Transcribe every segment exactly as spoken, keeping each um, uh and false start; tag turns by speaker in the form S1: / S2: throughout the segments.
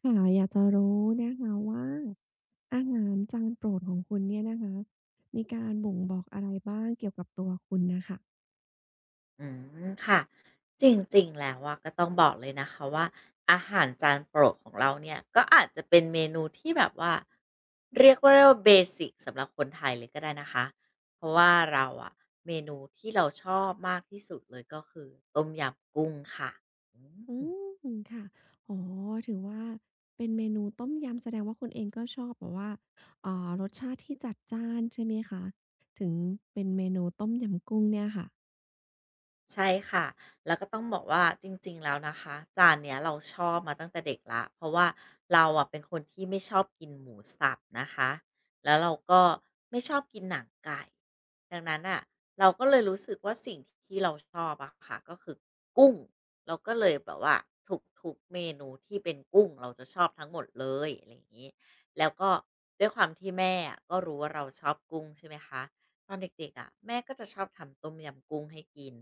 S1: ค่ะอยากจะรู้นะคะว่าอาหารจานโปรดของคุณเนี่ยนะคะมีการบ่งบอกอะไรบ้างเกี่ยวกับตัวคุณน่ะค่ะ
S2: อืมค่ะจริงๆแล้วว่าก็ต้องบอกเลยนะคะว่าอาหารจานโปรดของเราเนี่ยก็อาจจะเป็นเมนูที่แบบว่าเรียกว่าเบสิกสำหรับคนไทยเลยก็ได้นะคะเพราะว่าเราอะเมนูที่เราชอบมากที่สุดเลยก็คือต้มยำกุ้งค่ะอื
S1: อื
S2: ม
S1: มค่ะอ๋อถือว่าเป็นเมนูต้มยำแสดงว่าคุณเองก็ชอบแบบว่าอ่ารสชาติที่จัดจ้านใช่ไหมคะถึงเป็นเมนูต้มยำกุ้งเนี่ยค่ะ
S2: ใช่ค่ะแล้วก็ต้องบอกว่าจริงๆแล้วนะคะจานเนี้ยเราชอบมาตั้งแต่เด็กละเพราะว่าเราอะเป็นคนที่ไม่ชอบกินหมูสับนะคะ แล้วเราก็ไม่ชอบกินหนังไก่ดังนั้นอ่ะเราก็เลยรู้สึกว่าสิ่งที่เราชอบอะค่ะก็คือกุ้งเราก็เลยแบบว่าทุกๆเมนูที่เป็นกุ้งเราจะชอบทั้งหมดเลยอะไรอย่างนี้แล้วก็ด้วยความที่แม่อะก็รู้ว่าเราชอบกุ้งใช่ไหมคะตอนเด็กๆอะแม่ก็จะชอบทำต้มยำกุ้งให้กิน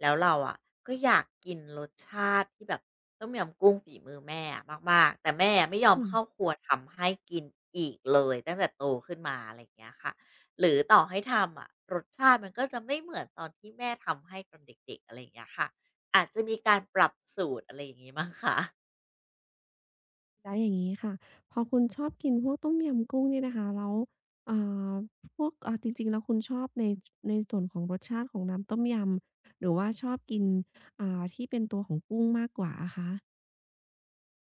S2: แล้วเราอ่ะก็อยากกินรสชาติที่แบบต้มยำกุ้งฝีมือแม่อะมากๆแต่แม่ไม่ยอมเข้าครัวทำให้กินอีกเลยตั้งแต่โตขึ้นมาอะไรอย่างเงี้ยค่ะหรือต่อให้ทำอะรสชาติมันก็จะไม่เหมือนตอนที่แม่ทำให้ตอนเด็กๆอะไรอย่างเงี้ยค่ะอาจจะมีการปรับสูตรอะไรอย่างงี้มั้งคะ
S1: แล้วอย่างนี้ค่ะพอคุณชอบกินพวกต้มยำกุ้งเนี่ยนะคะแล้วอ่าพวกอ่าจริงๆแล้วคุณชอบในในส่วนของรสชาติของน้ำต้มยำหรือว่าชอบกินอ่าที่เป็นตัวของกุ้งมากกว่าอะคะ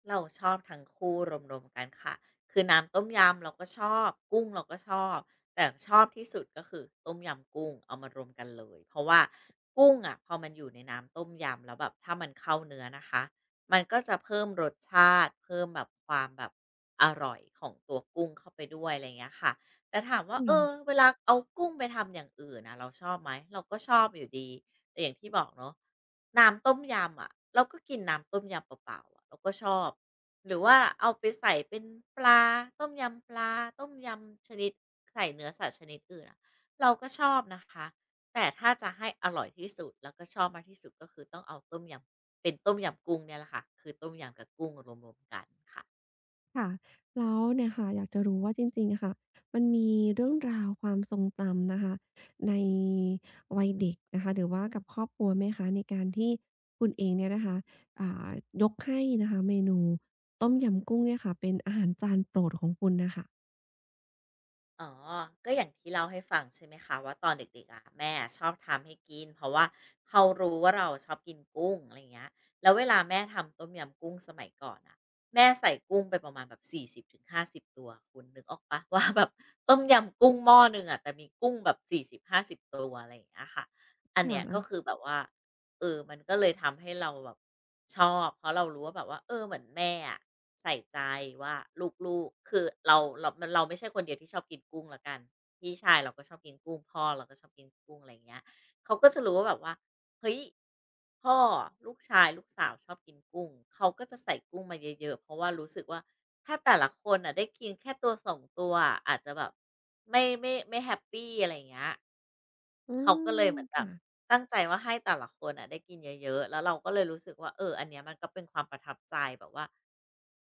S2: เราชอบทั้งคู่รวมๆกันค่ะคือน้ำต้มยำเราก็ชอบกุ้งเราก็ชอบแต่ชอบที่สุดก็คือต้มยำกุ้งเอามารวมกันเลยเพราะว่ากุ้งอะพอมันอยู่ในน้ำต้มยำแล้วแบบถ้ามันเข้าเนื้อนะคะมันก็จะเพิ่มรสชาติเพิ่มแบบความแบบอร่อยของตัวกุ้งเข้าไปด้วยอะไรอย่างเงี้ยค่ะแต่ถามว่า
S1: อื
S2: เออ
S1: ม
S2: เวลาเอากุ้งไปทำอย่างอื่นนะเราชอบไหมเราก็ชอบอยู่ดีแต่อย่างที่บอกเนาะ น้ำต้มยำอะเราก็กินน้ำต้มยำเปล่าๆอะเราก็ชอบหรือว่าเอาไปใส่เป็นปลาต้มยำปลาต้มยำชนิดใส่เนื้อสัตว์ชนิดอื่นอะเราก็ชอบนะคะแต่ถ้าจะให้อร่อยที่สุดแล้วก็ชอบมากที่สุดก็คือต้องเอาต้มยำเป็นต้มยำกุ้งเนี่ยแหละค่ะคือต้มยำกับกุ้งรวมๆกันค่ะ
S1: ค่ะแล้วเนี่ยค่ะอยากจะรู้ว่าจริงๆอะค่ะมันมีเรื่องราวความทรงจำนะคะในวัยเด็กนะคะหรือว่ากับครอบครัวไหมคะในการที่คุณเองเนี่ยนะคะอ่ายกให้นะคะเมนูต้มยำกุ้งเนี่ยค่ะเป็นอาหารจานโปรดของคุณน่ะค่ะ
S2: อ๋อก็อย่างที่เล่าให้ฟังใช่ไหมคะว่าตอนเด็กๆอะแม่ชอบทำให้กินเพราะว่าเขารู้ว่าเราชอบกินกุ้งอะไรอย่างเงี้ยแล้วเวลาแม่ทำต้มยำกุ้งสมัยก่อนอ่ะแม่ใส่กุ้งไปประมาณแบบสี่สิบถึงห้าสิบตัวคุณนึกออกปะ ว่าแบบต้มยำกุ้งหม้อหนึ่งอะแต่มีกุ้งแบบสี่สิบห้าสิบตัวอะไรอย่างเงี้ยค่ะอัน
S1: ค
S2: เนี้ยก็คื
S1: ่ะ
S2: อแบบว่า เออมันก็เลยทำให้เราแบบชอบเพราะเรารู้ว่าแบบว่าเออเหมือนแม่อะใส่ใจว่าลูกๆคือเราเราเราไม่ใช่คนเดียวที่ชอบกินกุ้งแล้วกันพี่ชายเราก็ชอบกินกุ้งพ่อเราก็ชอบกินกุ้งอะไรอย่างเงี้ยเขาก็จะรู้ว่าแบบว่าเฮ้ยพ่อลูกชายลูกสาวชอบกินกุ้งเขาก็จะใส่กุ้งมาเยอะๆเพราะว่ารู้สึกว่า ถ้าแต่ละคนอ่ะได้กินแค่ตัวสองตัวอะอาจจะแบบไม่ไม่ไม่แฮปปีอะไรอย่างเงี้ย
S1: อื
S2: เขาก็
S1: ม
S2: เลยเหมือนแบบ
S1: ค่ะ
S2: ตั้งใจว่าให้แต่ละคนอ่ะได้กินเยอะๆแล้วเราก็เลยรู้สึกว่าเอออันเนี้ยมันก็เป็นความประทับใจแบบว่า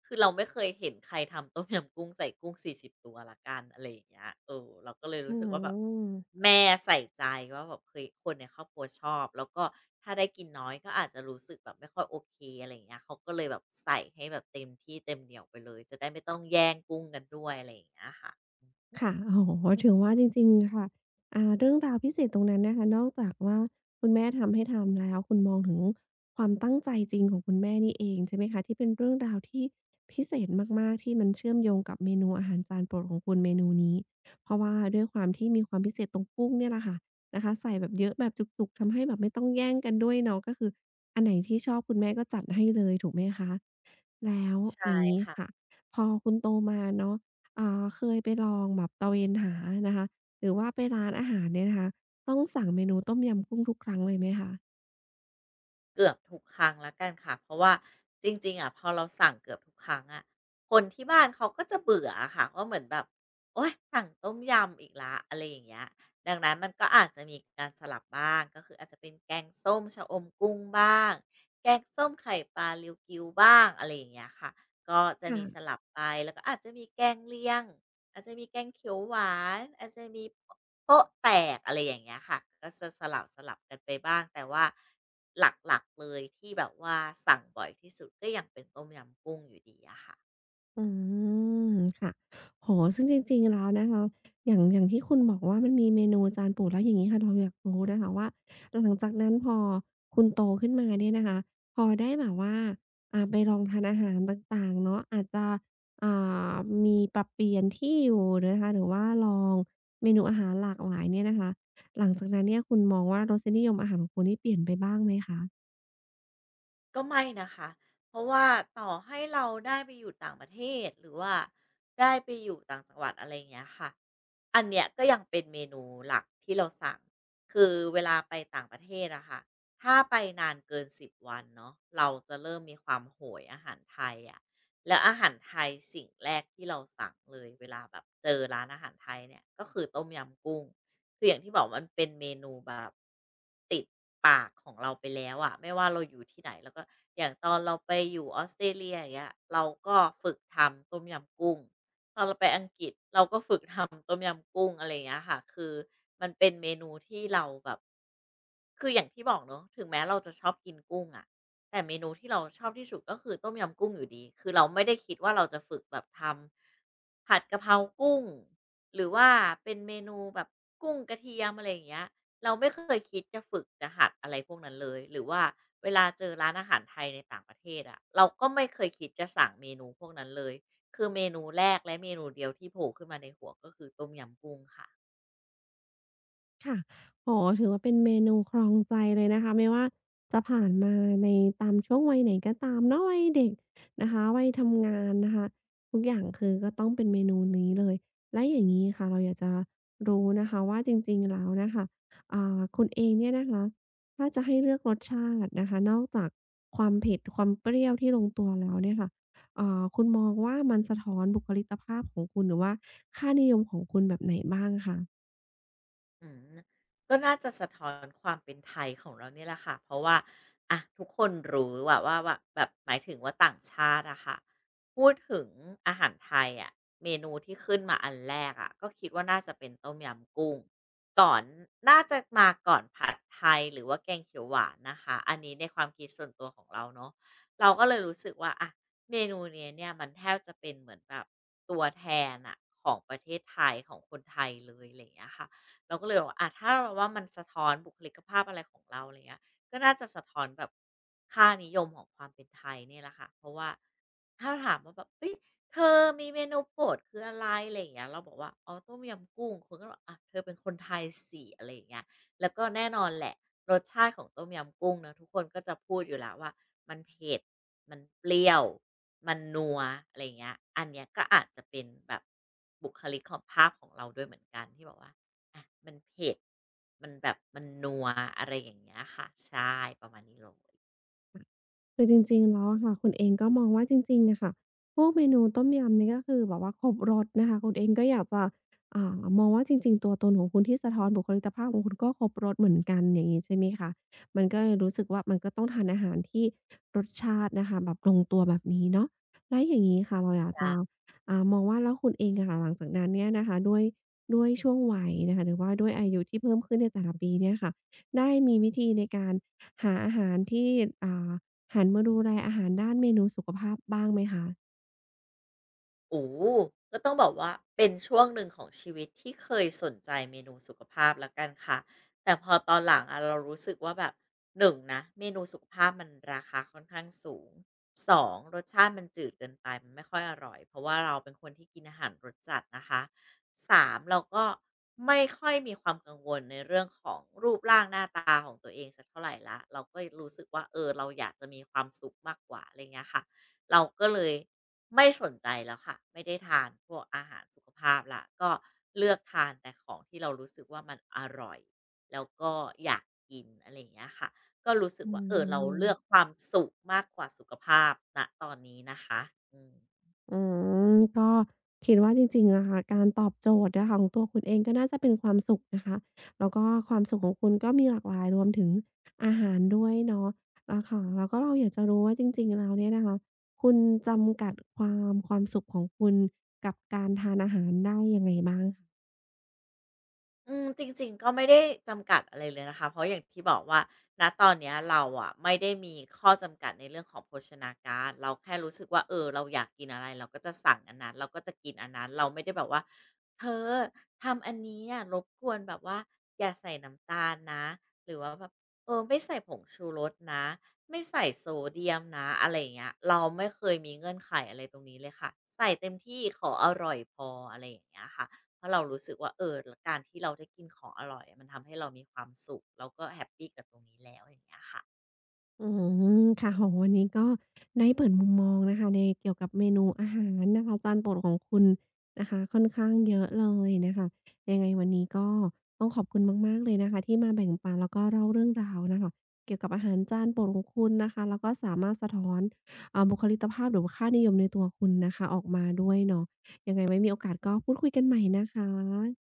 S2: คือเราไม่เคยเห็นใครทำต้มยำกุ้งใส่กุ้งสี่สิบตัวละกันอะไรอย่างเงี้ยเออเราก็เลย
S1: อื
S2: รู้สึกว่าแบบ
S1: ม
S2: แม่ใส่ใจว่าแบบเคยคนในครอบครัวชอบแล้วก็ถ้าได้กินน้อยก็อาจจะรู้สึกแบบไม่ค่อยโอเคอะไรอย่างเงี้ยเขาก็เลยแบบใส่ให้แบบเต็มที่เต็มเหนี่ยวไปเลยจะได้ไม่ต้องแย่งกุ้งกันด้วยอะไรอย่างเงี้ยค่ะ
S1: ค่ะโอ้โฮถือว่าจริงๆ ค่ะอ่าเรื่องราวพิเศษตรงนั้นนะคะนอกจากว่าคุณแม่ทำให้ทานแล้วคุณมองถึงความตั้งใจจริงของคุณแม่นี่เองใช่ไหมคะที่เป็นเรื่องราวที่พิเศษมากๆที่มันเชื่อมโยงกับเมนูอาหารจานโปรดของคุณเมนูนี้เพราะว่าด้วยความที่มีความพิเศษตรงกุ้งเนี่ยแหละค่ะนะคะใส่แบบเยอะแบบจุกๆทำให้แบบไม่ต้องแย่งกันด้วยเนาะก็คืออันไหนที่ชอบคุณแม่ก็จัดให้เลยถูกไหมคะแล้ว
S2: ใช่
S1: อย่างงี้
S2: ค่ะ
S1: ค่ะพอคุณโตมาเนาะ อ่าเคยไปลองแบบตระเวนหานะคะหรือว่าไปร้านอาหารเนี่ยนะคะต้องสั่งเมนูต้มยำกุ้งทุกครั้งเลยไหมคะ
S2: เกือบทุกครั้งแล้วกันค่ะเพราะว่าจริงๆอะพอเราสั่งเกือบทุกครั้งอะคนที่บ้านเขาก็จะเบื่ออะค่ะว่าเหมือนแบบโอ๊ยสั่งต้มยำอีกแล้วอะไรอย่างเงี้ยดังนั้นมันก็อาจจะมีการสลับบ้างก็คืออาจจะเป็นแกงส้มชะอมกุ้งบ้างแกงส้มไข่ปลาริวกิวบ้างอะไรอย่างเงี้ยค่ะก็จะมีส
S1: ค่ะ
S2: ลับไปแล้วก็อาจจะมีแกงเลียงอาจจะมีแกงเขียวหวานอาจจะมีโป๊ะแตกอะไรอย่างเงี้ยค่ะก็จะสลับสลับกันไปบ้างแต่ว่า หลักๆเลยที่แบบว่าสั่งบ่อยที่สุดก็ยังเป็นต้มยำกุ้งอยู่ดีอะค่ะ
S1: อืมค่ะโอ้โฮซึ่งจริงๆแล้วนะคะอย่างอย่างที่คุณบอกว่ามันมีเมนูจานโปรดแล้วอย่างงี้ค่ะเราอยากรู้นะคะว่าหลังจากนั้นพอคุณโตขึ้นมาเนี่ยนะคะพอได้แบบว่าอ่าไปลองทานอาหารต่างๆเนาะอาจจะอ่ามีปรับเปลี่ยนที่อยู่นะคะหรือว่าลองเมนูอาหารหลากหลายเนี่ยนะคะหลังจากนั้นเนี่ยคุณมองว่ารสนิยมอาหารของคุณนี่เปลี่ยนไปบ้างไหมคะ
S2: ก็ไม่นะคะเพราะว่าต่อให้เราได้ไปอยู่ต่างประเทศหรือว่าได้ไปอยู่ต่างจังหวัดอะไรอย่างเงี้ยค่ะอันเนี้ยก็ยังเป็นเมนูหลักที่เราสั่งคือเวลาไปต่างประเทศอะค่ะถ้าไปนานเกินสิบวันเนาะเราจะเริ่มมีความโหยอาหารไทยอะแล้วอาหารไทยสิ่งแรกที่เราสั่งเลยเวลาแบบเจอร้านอาหารไทยเนี่ยก็คือต้มยำกุ้ง คืออย่างที่บอกมันเป็นเมนูแบบติดปากของเราไปแล้วอะไม่ว่าเราอยู่ที่ไหนแล้วก็อย่างตอนเราไปอยู่ออสเตรเลียอย่างเงี้ยเราก็ฝึกทำต้มยำกุ้ง ตอนเราไปอังกฤษเราก็ฝึกทำต้มยำกุ้งอะไรอย่างเงี้ยค่ะคือมันเป็นเมนูที่เราแบบคืออย่างที่บอกเนาะถึงแม้เราจะชอบกินกุ้งอะแต่เมนูที่เราชอบที่สุดก็คือต้มยำกุ้งอยู่ดีคือเราไม่ได้คิดว่าเราจะฝึกแบบทำผัดกะเพรากุ้งหรือว่าเป็นเมนูแบบกุ้งกระเทียมอะไรอย่างเงี้ยเราไม่เคยคิดจะฝึกจะหัดอะไรพวกนั้นเลยหรือว่าเวลาเจอร้านอาหารไทยในต่างประเทศอะเราก็ไม่เคยคิดจะสั่งเมนูพวกนั้นเลย คือเมนูแรกและเมนูเดียวที่โผล่ขึ้นมาในหัวก็คือต้มยำกุ้งค่ะ
S1: ค่ะโอ๋ถือว่าเป็นเมนูครองใจเลยนะคะไม่ว่าจะผ่านมาในตามช่วงวัยไหนก็ตามเนาะวัยเด็กนะคะวัยทำงานนะคะ ทุกอย่างคือก็ต้องเป็นเมนูนี้เลยแล้วอย่างงี้ค่ะเราอยากจะรู้นะคะว่าจริงๆแล้วน่ะค่ะอ่าคุณเองเนี่ยนะคะถ้าจะให้เลือกรสชาตินะคะ นอกจากความเผ็ดความเปรี้ยวที่ลงตัวแล้วเนี่ยค่ะเอ่อคุณมองว่ามันสะท้อนบุคลิกภาพของคุณหรือว่าค่านิยมของคุณแบบไหนบ้างคะ
S2: อืมก็น่าจะสะท้อนความเป็นไทยของเราเนี่ยแหละค่ะเพราะว่าอะทุกคนรู้ว่าว่าว่าแบบหมายถึงว่าต่างชาติอะค่ะพูดถึงอาหารไทยอะเมนูที่ขึ้นมาอันแรกอะก็คิดว่าน่าจะเป็นต้มยำกุ้งก่อนน่าจะมาก่อนผัดไทยหรือว่าแกงเขียวหวานนะคะอันนี้ในความคิดส่วนตัวของเราเนาะเราก็เลยรู้สึกว่าอะเมนูเนี้ยเนี่ยมันแทบจะเป็นเหมือนแบบตัวแทนอะของประเทศไทยของคนไทยเลยอะไรอย่างเงี้ยค่ะ เราก็เลยบอกว่าอะถ้าเราว่ามันสะท้อนบุคลิกภาพอะไรของเราอะไรเงี้ยก็น่าจะสะท้อนแบบค่านิยมของความเป็นไทยเนี่ยแหละค่ะ เพราะว่าถ้าถามว่าแบบเฮ้ยเธอมีเมนูโปรดคืออะไรอะไรอย่างเงี้ยเราบอกว่าอ๋อต้มยำกุ้งคนก็บอกอะเธอเป็นคนไทยสีอะไรอย่างเงี้ยแล้วก็แน่นอนแหละรสชาติของต้มยำกุ้งเนาะทุกคนก็จะพูดอยู่แล้วว่ามันเผ็ดมันเปรี้ยวมันนัวอะไรอย่างเงี้ยอันเนี้ยก็อาจจะเป็นแบบบุคลิกของภาพของเราด้วยเหมือนกันที่บอกว่า อะมันเผ็ด มันแบบมันนัวอะไรอย่างเงี้ยค่ะใช่ประมาณนี้เลย
S1: คือจริงๆแล้วอะค่ะคุณเองก็มองว่าจริงๆอะค่ะพวกเมนูต้มยำนี่ก็คือแบบว่าครบรสนะคะคุณเองก็อยากจะอ่ามองว่าจริงๆตัวตนของคุณที่สะท้อนบุคลิกภาพของคุณก็ครบรสเหมือนกันอย่างงี้ใช่ไหมคะมันก็เลยรู้สึกว่ามันก็ต้องทานอาหารที่รสชาตินะคะแบบลงตัวแบบนี้เนาะแล้วอย่างงี้ค่ะเราอยากจะอ่ามองว่าแล้วคุณเองอะค่ะหลังจากนั้นเนี่ยนะคะด้วยด้วยช่วงวัยนะคะหรือว่าด้วยอายุที่เพิ่มขึ้นในแต่ละปีเนี่ยค่ะได้มีวิธีในการหาอาหารที่อ่า หันมาดูแลอาหารด้านเมนูสุขภาพบ้างไหมคะ
S2: โอ้โฮก็ต้องบอกว่าเป็นช่วงหนึ่งของชีวิตที่เคยสนใจเมนูสุขภาพแล้วกันค่ะแต่พอตอนหลังอะเรารู้สึกว่าแบบหนึ่งนะเมนูสุขภาพมันราคาค่อนข้างสูงสองรสชาติมันจืดเกินไปมันไม่ค่อยอร่อยเพราะว่าเราเป็นคนที่กินอาหารรสจัดนะคะสามเราก็ไม่ค่อยมีความกังวลในเรื่องของรูปร่างหน้าตาของตัวเองสักเท่าไรแล้วเราก็รู้สึกว่าเออเราอยากจะมีความสุขมากกว่าอะไรอย่างเงี้ยค่ะ เราก็เลยไม่สนใจแล้วค่ะไม่ได้ทานพวกอาหารสุขภาพละก็เลือกทานแต่ของที่เรารู้สึกว่ามันอร่อยแล้วก็อยากกินอะไรอย่างเงี้ยค่ะก็รู้สึก
S1: อื
S2: ว่าเออเรา
S1: ม
S2: เลือกความสุขมากกว่าสุขภาพณตอนนี้นะคะอืม
S1: อืมก็คิดว่าจริงๆอะค่ะ การตอบโจทย์อะค่ะของตัวคุณเองก็น่าจะเป็นความสุขนะคะแล้วก็ความสุขของคุณก็มีหลากหลายรวมถึงอาหารด้วยเนาะอาค่ะแล้วก็เราอยากจะรู้ว่าจริงๆแล้วเนี่ยนะคะคุณจำกัดความความสุขของคุณกับการทานอาหารได้ยังไงบ้าง
S2: อืมจริงๆก็ไม่ได้จำกัดอะไรเลยนะคะเพราะอย่างที่บอกว่าณตอนเนี้ยเราอะไม่ได้มีข้อจำกัดในเรื่องของโภชนาการเราแค่รู้สึกว่าเออเราอยากกินอะไรเราก็จะสั่งอันนั้นเราก็จะกินอันนั้นเราไม่ได้แบบว่าเธอทำอันนี้อะรบกวนแบบว่าอย่าใส่น้ำตาลนะหรือว่าแบบเออไม่ใส่ผงชูรสนะไม่ใส่โซเดียมนะอะไรอย่างเงี้ยเราไม่เคยมีเงื่อนไขอะไรตรงนี้เลยค่ะใส่เต็มที่ขออร่อยพออะไรอย่างเงี้ยค่ะ เพราะเรารู้สึกว่าเออการที่เราได้กินของอร่อยมันทำให้เรามีความสุขเราก็แฮปปีกับตรงนี้แล้วอย่างเงี้ยค่ะ
S1: อืมค่ะโอ้โฮวันนี้ก็ได้เปิดมุมมองนะคะในเกี่ยวกับเมนูอาหารนะคะจานโปรดของคุณนะคะค่อนข้างเยอะเลยนะคะยังไงวันนี้ก็ต้องขอบคุณมากๆเลยนะคะที่มาแบ่งปันแล้วก็เล่าเรื่องราวนะคะเกี่ยวกับอาหารจานโปรดของคุณนะคะแล้วก็สามารถสะท้อนอ่าบุคลิกภาพหรือว่าค่านิยมในตัวคุณนะคะออกมาด้วยเนาะยังไงไว้มีโอกาสก็พูดคุยกันใหม่นะคะ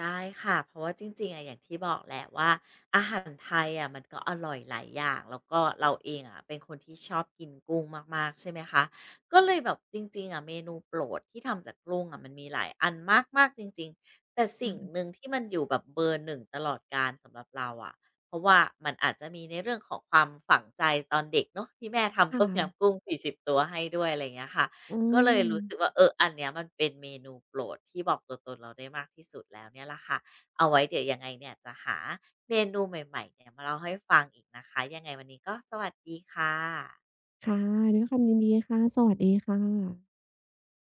S2: ได้ค่ะ เพราะว่าจริงๆอะอย่างที่บอกแหละว่าอาหารไทยอะมันก็อร่อยหลายอย่างแล้วก็เราเองอะเป็นคนที่ชอบกินกุ้งมากๆใช่ไหมคะ ก็เลยแบบจริงๆอะเมนูโปรดที่ทำจากกุ้งอะมันมีหลายอันมากๆจริงๆ แต่สิ่ง
S1: ค่ะ
S2: หนึ่งที่มันอยู่แบบเบอร์หนึ่งตลอดกาลสำหรับเราอะเพราะว่ามันอาจจะมีในเรื่องของความฝังใจตอนเด็กเนาะที่แม่
S1: ค่
S2: ทำต้ม
S1: ะ
S2: ยำกุ้งสี่สิบตัวให้ด้วยอะไรอย่างเงี้ยค่ะ
S1: อื
S2: ก็เลย
S1: ม
S2: รู้สึกว่าเอออันเนี้ยมันเป็นเมนูโปรดที่บอกตัวตนเราได้มากที่สุดแล้วเนี่ยล่ะค่ะ เอาไว้เดี๋ยวยังไงเนี่ยจะหาเมนูใหม่ๆเนี่ยมาเล่าให้ฟังอีกนะคะยังไงวันนี้ก็สวัสดีค่ะ
S1: ค่ะด้วยความยินดีค่ะสวัสดีค่ะ